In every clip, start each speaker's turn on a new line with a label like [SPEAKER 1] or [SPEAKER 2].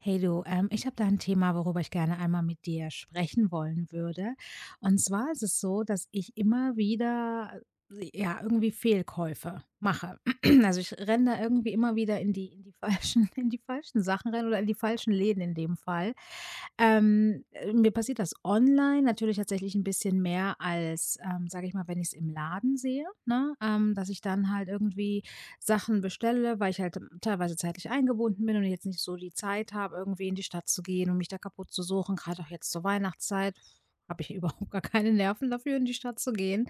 [SPEAKER 1] Hey du, ich habe da ein Thema, worüber ich gerne einmal mit dir sprechen wollen würde. Und zwar ist es so, dass ich immer wieder, ja, irgendwie Fehlkäufe mache. Also, ich renne da irgendwie immer wieder in die falschen in die falschen Sachen rein oder in die falschen Läden in dem Fall. Mir passiert das online natürlich tatsächlich ein bisschen mehr als, sage ich mal, wenn ich es im Laden sehe, ne? Dass ich dann halt irgendwie Sachen bestelle, weil ich halt teilweise zeitlich eingebunden bin und jetzt nicht so die Zeit habe, irgendwie in die Stadt zu gehen und mich da kaputt zu suchen. Gerade auch jetzt zur Weihnachtszeit habe ich überhaupt gar keine Nerven dafür, in die Stadt zu gehen.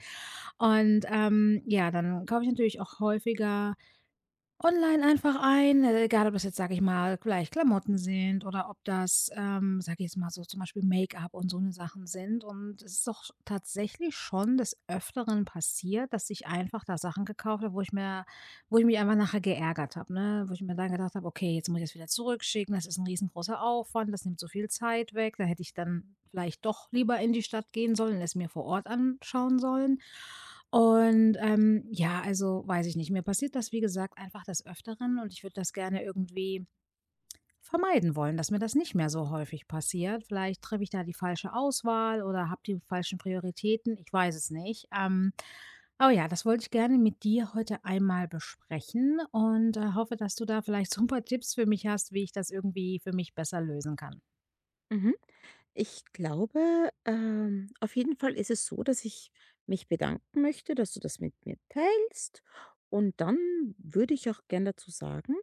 [SPEAKER 1] Und ja, dann kaufe ich natürlich auch häufiger online einfach ein, egal ob das jetzt, sage ich mal, gleich Klamotten sind oder ob das, sage ich jetzt mal so, zum Beispiel Make-up und so eine Sachen sind. Und es ist doch tatsächlich schon des Öfteren passiert, dass ich einfach da Sachen gekauft habe, wo ich mich einfach nachher geärgert habe, ne? Wo ich mir dann gedacht habe: „Okay, jetzt muss ich das wieder zurückschicken. Das ist ein riesengroßer Aufwand. Das nimmt so viel Zeit weg. Da hätte ich dann vielleicht doch lieber in die Stadt gehen sollen, es mir vor Ort anschauen sollen.“ Und, ja, also, weiß ich nicht. Mir passiert das, wie gesagt, einfach des Öfteren und ich würde das gerne irgendwie vermeiden wollen, dass mir das nicht mehr so häufig passiert. Vielleicht treffe ich da die falsche Auswahl oder habe die falschen Prioritäten. Ich weiß es nicht. Aber ja, das wollte ich gerne mit dir heute einmal besprechen und hoffe, dass du da vielleicht so ein paar Tipps für mich hast, wie ich das irgendwie für mich besser lösen kann.
[SPEAKER 2] Mhm. Ich glaube, auf jeden Fall ist es so, dass ich mich bedanken möchte, dass du das mit mir teilst. Und dann würde ich auch gern dazu sagen,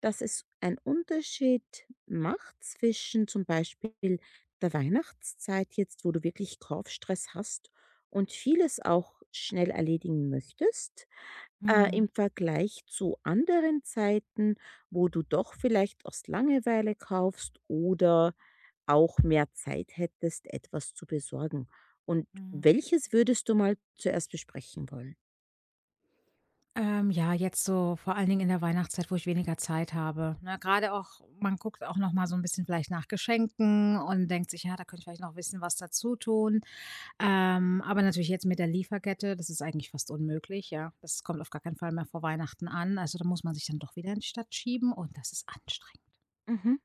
[SPEAKER 2] dass es einen Unterschied macht zwischen zum Beispiel der Weihnachtszeit jetzt, wo du wirklich Kaufstress hast und vieles auch schnell erledigen möchtest,
[SPEAKER 1] Mhm,
[SPEAKER 2] im Vergleich zu anderen Zeiten, wo du doch vielleicht aus Langeweile kaufst oder auch mehr Zeit hättest, etwas zu besorgen. Und
[SPEAKER 1] mhm.
[SPEAKER 2] welches würdest du mal zuerst besprechen wollen?
[SPEAKER 1] Ja, jetzt so vor allen Dingen in der Weihnachtszeit, wo ich weniger Zeit habe, ne? Gerade auch, man guckt auch noch mal so ein bisschen vielleicht nach Geschenken und denkt sich: „Ja, da könnte ich vielleicht noch ein bisschen was dazu tun. Aber natürlich jetzt mit der Lieferkette, das ist eigentlich fast unmöglich, ja. Das kommt auf gar keinen Fall mehr vor Weihnachten an. Also, da muss man sich dann doch wieder in die Stadt schieben und das ist anstrengend.
[SPEAKER 2] Mhm.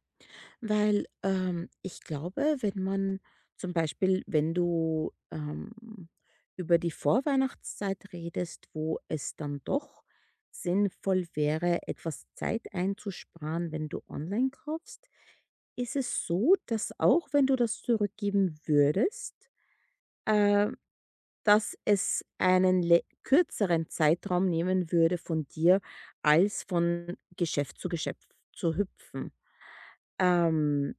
[SPEAKER 2] Weil, ich glaube, wenn man zum Beispiel, wenn du, über die Vorweihnachtszeit redest, wo es dann doch sinnvoll wäre, etwas Zeit einzusparen, wenn du online kaufst, ist es so, dass auch wenn du das zurückgeben würdest, äh dass es einen lä kürzeren Zeitraum nehmen würde, von dir als von Geschäft zu hüpfen. Ähm,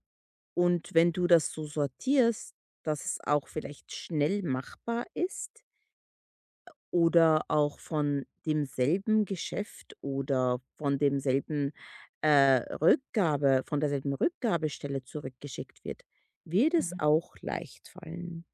[SPEAKER 2] und wenn du das so sortierst, dass es auch vielleicht schnell machbar ist oder auch von demselben Geschäft oder von demselben, Rückgabe von derselben Rückgabestelle zurückgeschickt wird, wird es
[SPEAKER 1] Mhm.
[SPEAKER 2] auch leicht fallen.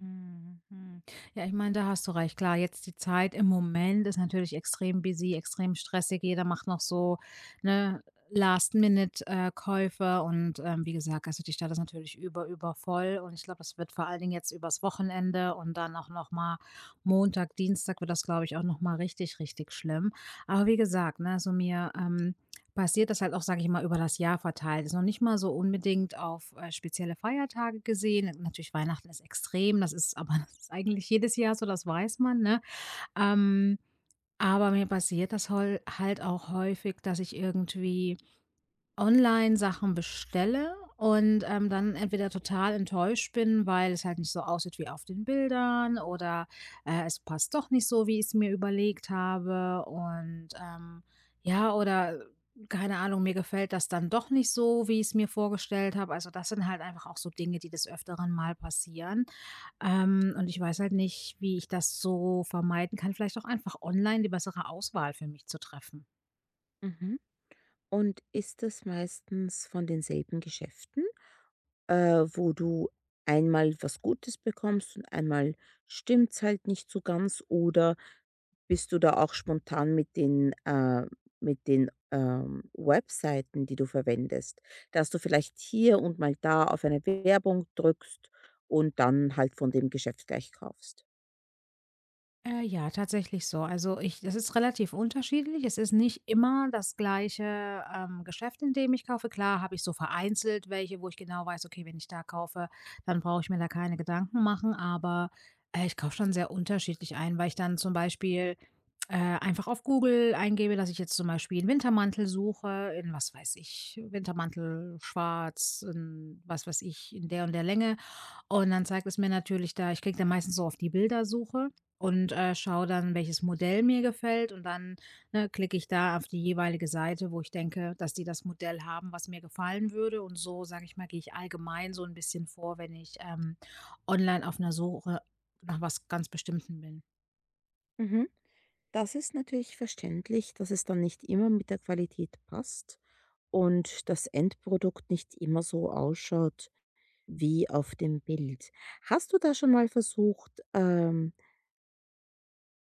[SPEAKER 1] Mhm, mhm. Ja, ich meine, da hast du recht. Klar, jetzt die Zeit im Moment ist natürlich extrem busy, extrem stressig. Jeder macht noch so, ne, Last-Minute-Käufe und, wie gesagt, also, die Stadt ist natürlich übervoll und ich glaube, das wird vor allen Dingen jetzt übers Wochenende und dann auch noch mal Montag, Dienstag wird das, glaube ich, auch noch mal richtig, richtig schlimm. Aber wie gesagt, ne, so mir, passiert das halt auch, sage ich mal, über das Jahr verteilt. Ist noch nicht mal so unbedingt auf, spezielle Feiertage gesehen. Natürlich Weihnachten ist extrem, das ist aber das ist eigentlich jedes Jahr so, das weiß man, ne? Ähm, aber mir passiert das hol halt auch häufig, dass ich irgendwie Online-Sachen bestelle und, dann entweder total enttäuscht bin, weil es halt nicht so aussieht wie auf den Bildern oder, es passt doch nicht so, wie ich es mir überlegt habe und, ja, oder keine Ahnung, mir gefällt das dann doch nicht so, wie ich es mir vorgestellt habe. Also, das sind halt einfach auch so Dinge, die des Öfteren mal passieren. Und ich weiß halt nicht, wie ich das so vermeiden kann, vielleicht auch einfach online die bessere Auswahl für mich zu treffen.
[SPEAKER 2] Mhm. Und ist das meistens von denselben Geschäften, wo du einmal was Gutes bekommst und einmal stimmt's halt nicht so ganz? Oder bist du da auch spontan mit den Webseiten, die du verwendest, dass du vielleicht hier und mal da auf eine Werbung drückst und dann halt von dem Geschäft gleich kaufst?
[SPEAKER 1] Ja, tatsächlich so. Also, ich, das ist relativ unterschiedlich. Es ist nicht immer das gleiche, Geschäft, in dem ich kaufe. Klar habe ich so vereinzelt welche, wo ich genau weiß: „Okay, wenn ich da kaufe, dann brauche ich mir da keine Gedanken machen“, aber, ich kaufe schon sehr unterschiedlich ein, weil ich dann zum Beispiel, einfach auf Google eingebe, dass ich jetzt zum Beispiel einen Wintermantel suche in, was weiß ich, Wintermantel schwarz in, was weiß ich, in der und der Länge. Und dann zeigt es mir natürlich da, ich klicke dann meistens so auf die Bildersuche und, schaue dann, welches Modell mir gefällt und dann, ne, klicke ich da auf die jeweilige Seite, wo ich denke, dass die das Modell haben, was mir gefallen würde. Und so, sage ich mal, gehe ich allgemein so ein bisschen vor, wenn ich, online auf einer Suche nach was ganz Bestimmtem bin.
[SPEAKER 2] Mhm. Das ist natürlich verständlich, dass es dann nicht immer mit der Qualität passt und das Endprodukt nicht immer so ausschaut wie auf dem Bild. Hast du da schon mal versucht,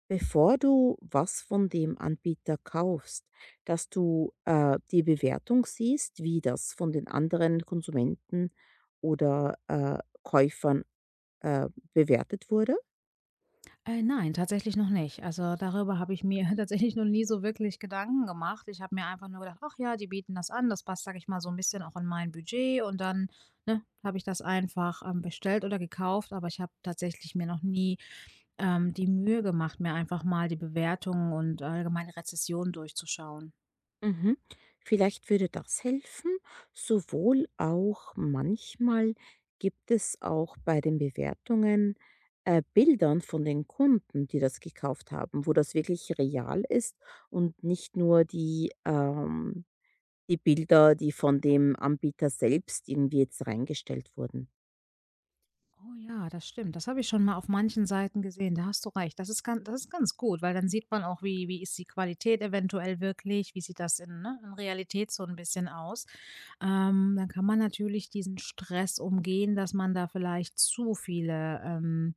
[SPEAKER 2] bevor du was von dem Anbieter kaufst, dass du, die Bewertung siehst, wie das von den anderen Konsumenten oder, Käufern, äh, bewertet wurde?
[SPEAKER 1] Nein, tatsächlich noch nicht. Also, darüber habe ich mir tatsächlich noch nie so wirklich Gedanken gemacht. Ich habe mir einfach nur gedacht: „Ach ja, die bieten das an, das passt, sage ich mal, so ein bisschen auch in mein Budget“ und dann, ne, habe ich das einfach, bestellt oder gekauft, aber ich habe tatsächlich mir noch nie die Mühe gemacht, mir einfach mal die Bewertungen und allgemeine Rezessionen durchzuschauen.
[SPEAKER 2] Mhm. Vielleicht würde das helfen. Sowohl auch manchmal gibt es auch bei den Bewertungen Bildern von den Kunden, die das gekauft haben, wo das wirklich real ist und nicht nur die, die Bilder, die von dem Anbieter selbst irgendwie jetzt reingestellt wurden.
[SPEAKER 1] Oh ja, das stimmt. Das habe ich schon mal auf manchen Seiten gesehen. Da hast du recht. Das ist ganz gut, weil dann sieht man auch, wie, wie ist die Qualität eventuell wirklich, wie sieht das in, ne, in Realität so ein bisschen aus. Dann kann man natürlich diesen Stress umgehen, dass man da vielleicht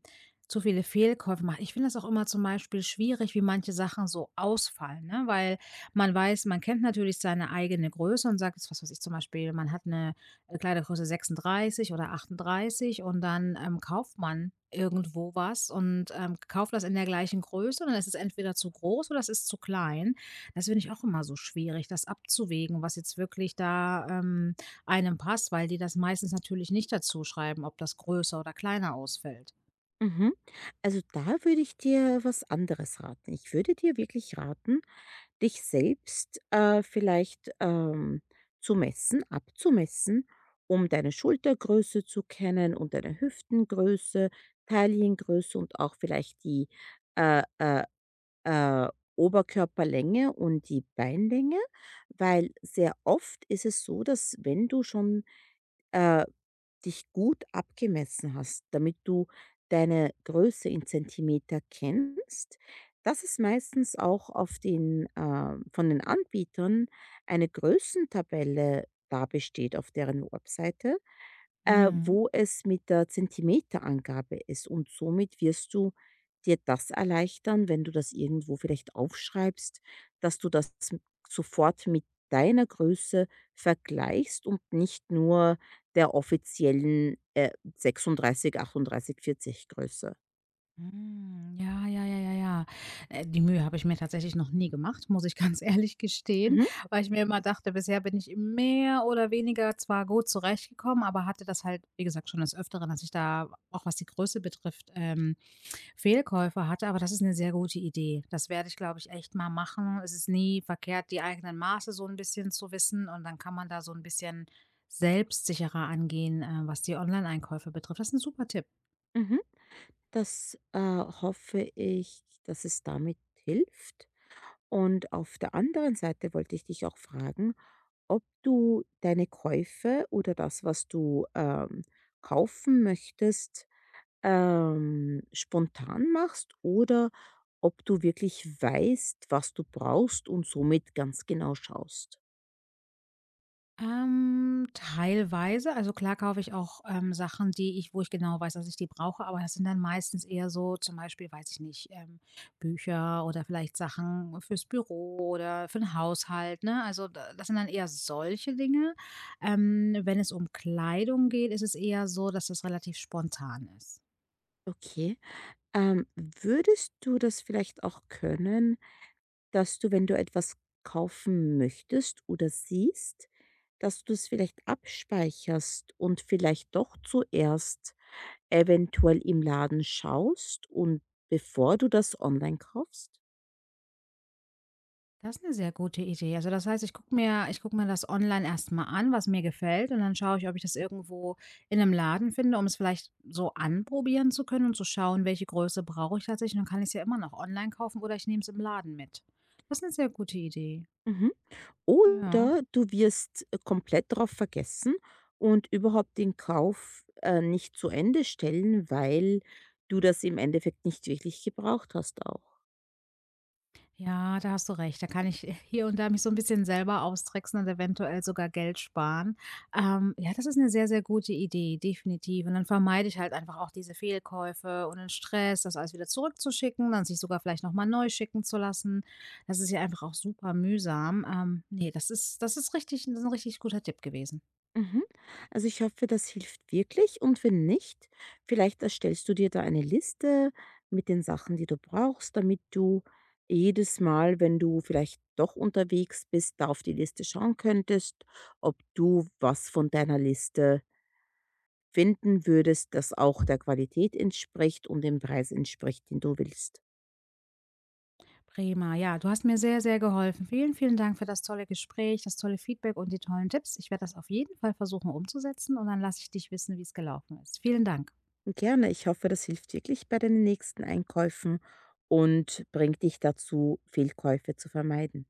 [SPEAKER 1] zu viele Fehlkäufe macht. Ich finde das auch immer zum Beispiel schwierig, wie manche Sachen so ausfallen, ne? Weil man weiß, man kennt natürlich seine eigene Größe und sagt, jetzt, was weiß ich zum Beispiel, man hat eine Kleidergröße 36 oder 38 und dann, kauft man irgendwo was und, kauft das in der gleichen Größe und dann ist es entweder zu groß oder es ist zu klein. Das finde ich auch immer so schwierig, das abzuwägen, was jetzt wirklich da, einem passt, weil die das meistens natürlich nicht dazu schreiben, ob das größer oder kleiner ausfällt.
[SPEAKER 2] Mhm. Also da würde ich dir was anderes raten. Ich würde dir wirklich raten, dich selbst, vielleicht, zu messen abzumessen, um deine Schultergröße zu kennen und deine Hüftengröße, Taillengröße und auch vielleicht die, äh, äh, äh, Oberkörperlänge und die Beinlänge, weil sehr oft ist es so, dass wenn du schon, äh dich gut abgemessen hast, damit du deine Größe in Zentimeter kennst. Das ist meistens auch auf den, von den Anbietern eine Größentabelle da besteht auf deren Webseite,
[SPEAKER 1] Mhm.
[SPEAKER 2] wo es mit der Zentimeterangabe ist. Und somit wirst du dir das erleichtern, wenn du das irgendwo vielleicht aufschreibst, dass du das sofort mit deiner Größe vergleichst und nicht nur der offiziellen 36, 38, 40 Größe.
[SPEAKER 1] Hm, ja, ja, ja, ja, ja. Die Mühe habe ich mir tatsächlich noch nie gemacht, muss ich ganz ehrlich gestehen,
[SPEAKER 2] Mhm,
[SPEAKER 1] weil ich mir immer dachte, bisher bin ich mehr oder weniger zwar gut zurechtgekommen, aber hatte das halt, wie gesagt, schon des Öfteren, dass ich da, auch was die Größe betrifft, Fehlkäufe hatte. Aber das ist eine sehr gute Idee. Das werde ich, glaube ich, echt mal machen. Es ist nie verkehrt, die eigenen Maße so ein bisschen zu wissen und dann kann man da so ein bisschen selbstsicherer angehen, was die Online-Einkäufe betrifft. Das ist ein super Tipp.
[SPEAKER 2] mhm. Das hoffe ich, dass es damit hilft. Und auf der anderen Seite wollte ich dich auch fragen, ob du deine Käufe oder das, was du, kaufen möchtest, spontan machst oder ob du wirklich weißt, was du brauchst und somit ganz genau schaust.
[SPEAKER 1] Teilweise. Also klar kaufe ich auch, Sachen, die ich, wo ich genau weiß, dass ich die brauche, aber das sind dann meistens eher so zum Beispiel, weiß ich nicht, Bücher oder vielleicht Sachen fürs Büro oder für den Haushalt, ne? Also, da, das sind dann eher solche Dinge. Wenn es um Kleidung geht, ist es eher so, dass das relativ spontan ist.
[SPEAKER 2] Okay. Würdest du das vielleicht auch können, dass du, wenn du etwas kaufen möchtest oder siehst, dass du es vielleicht abspeicherst und vielleicht doch zuerst eventuell im Laden schaust und bevor du das online kaufst?
[SPEAKER 1] Das ist eine sehr gute Idee. Also, das heißt, ich gucke mir das online erstmal an, was mir gefällt, und dann schaue ich, ob ich das irgendwo in einem Laden finde, um es vielleicht so anprobieren zu können und zu schauen, welche Größe brauche ich tatsächlich. Dann kann ich es ja immer noch online kaufen oder ich nehme es im Laden mit. Das ist eine sehr gute Idee,
[SPEAKER 2] Mhm.
[SPEAKER 1] ja.
[SPEAKER 2] Oder du wirst komplett darauf vergessen und überhaupt den Kauf, nicht zu Ende stellen, weil du das im Endeffekt nicht wirklich gebraucht hast auch.
[SPEAKER 1] Ja, da hast du recht. Da kann ich hier und da mich so ein bisschen selber austricksen und eventuell sogar Geld sparen. Ja, das ist eine sehr, sehr gute Idee, definitiv. Und dann vermeide ich halt einfach auch diese Fehlkäufe und den Stress, das alles wieder zurückzuschicken, dann sich sogar vielleicht noch mal neu schicken zu lassen. Das ist ja einfach auch super mühsam. Ne, das ist, das ist richtig 'n 'n richtig guter Tipp gewesen.
[SPEAKER 2] Mhm. Also ich hoffe, das hilft wirklich und wenn nicht, vielleicht erstellst du dir da eine Liste mit den Sachen, die du brauchst, damit du jedes Mal, wenn du vielleicht doch unterwegs bist, da auf die Liste schauen könntest, ob du was von deiner Liste finden würdest, das auch der Qualität entspricht und dem Preis entspricht, den du willst.
[SPEAKER 1] Prima. Ja, du hast mir sehr, sehr geholfen. Vielen, vielen Dank für das tolle Gespräch, das tolle Feedback und die tollen Tipps. Ich werde das auf jeden Fall versuchen umzusetzen und dann lasse ich dich wissen, wie es gelaufen ist. Vielen Dank.
[SPEAKER 2] Und gerne, ich hoffe, das hilft wirklich bei deinen nächsten Einkäufen und bringt dich dazu, Fehlkäufe zu vermeiden.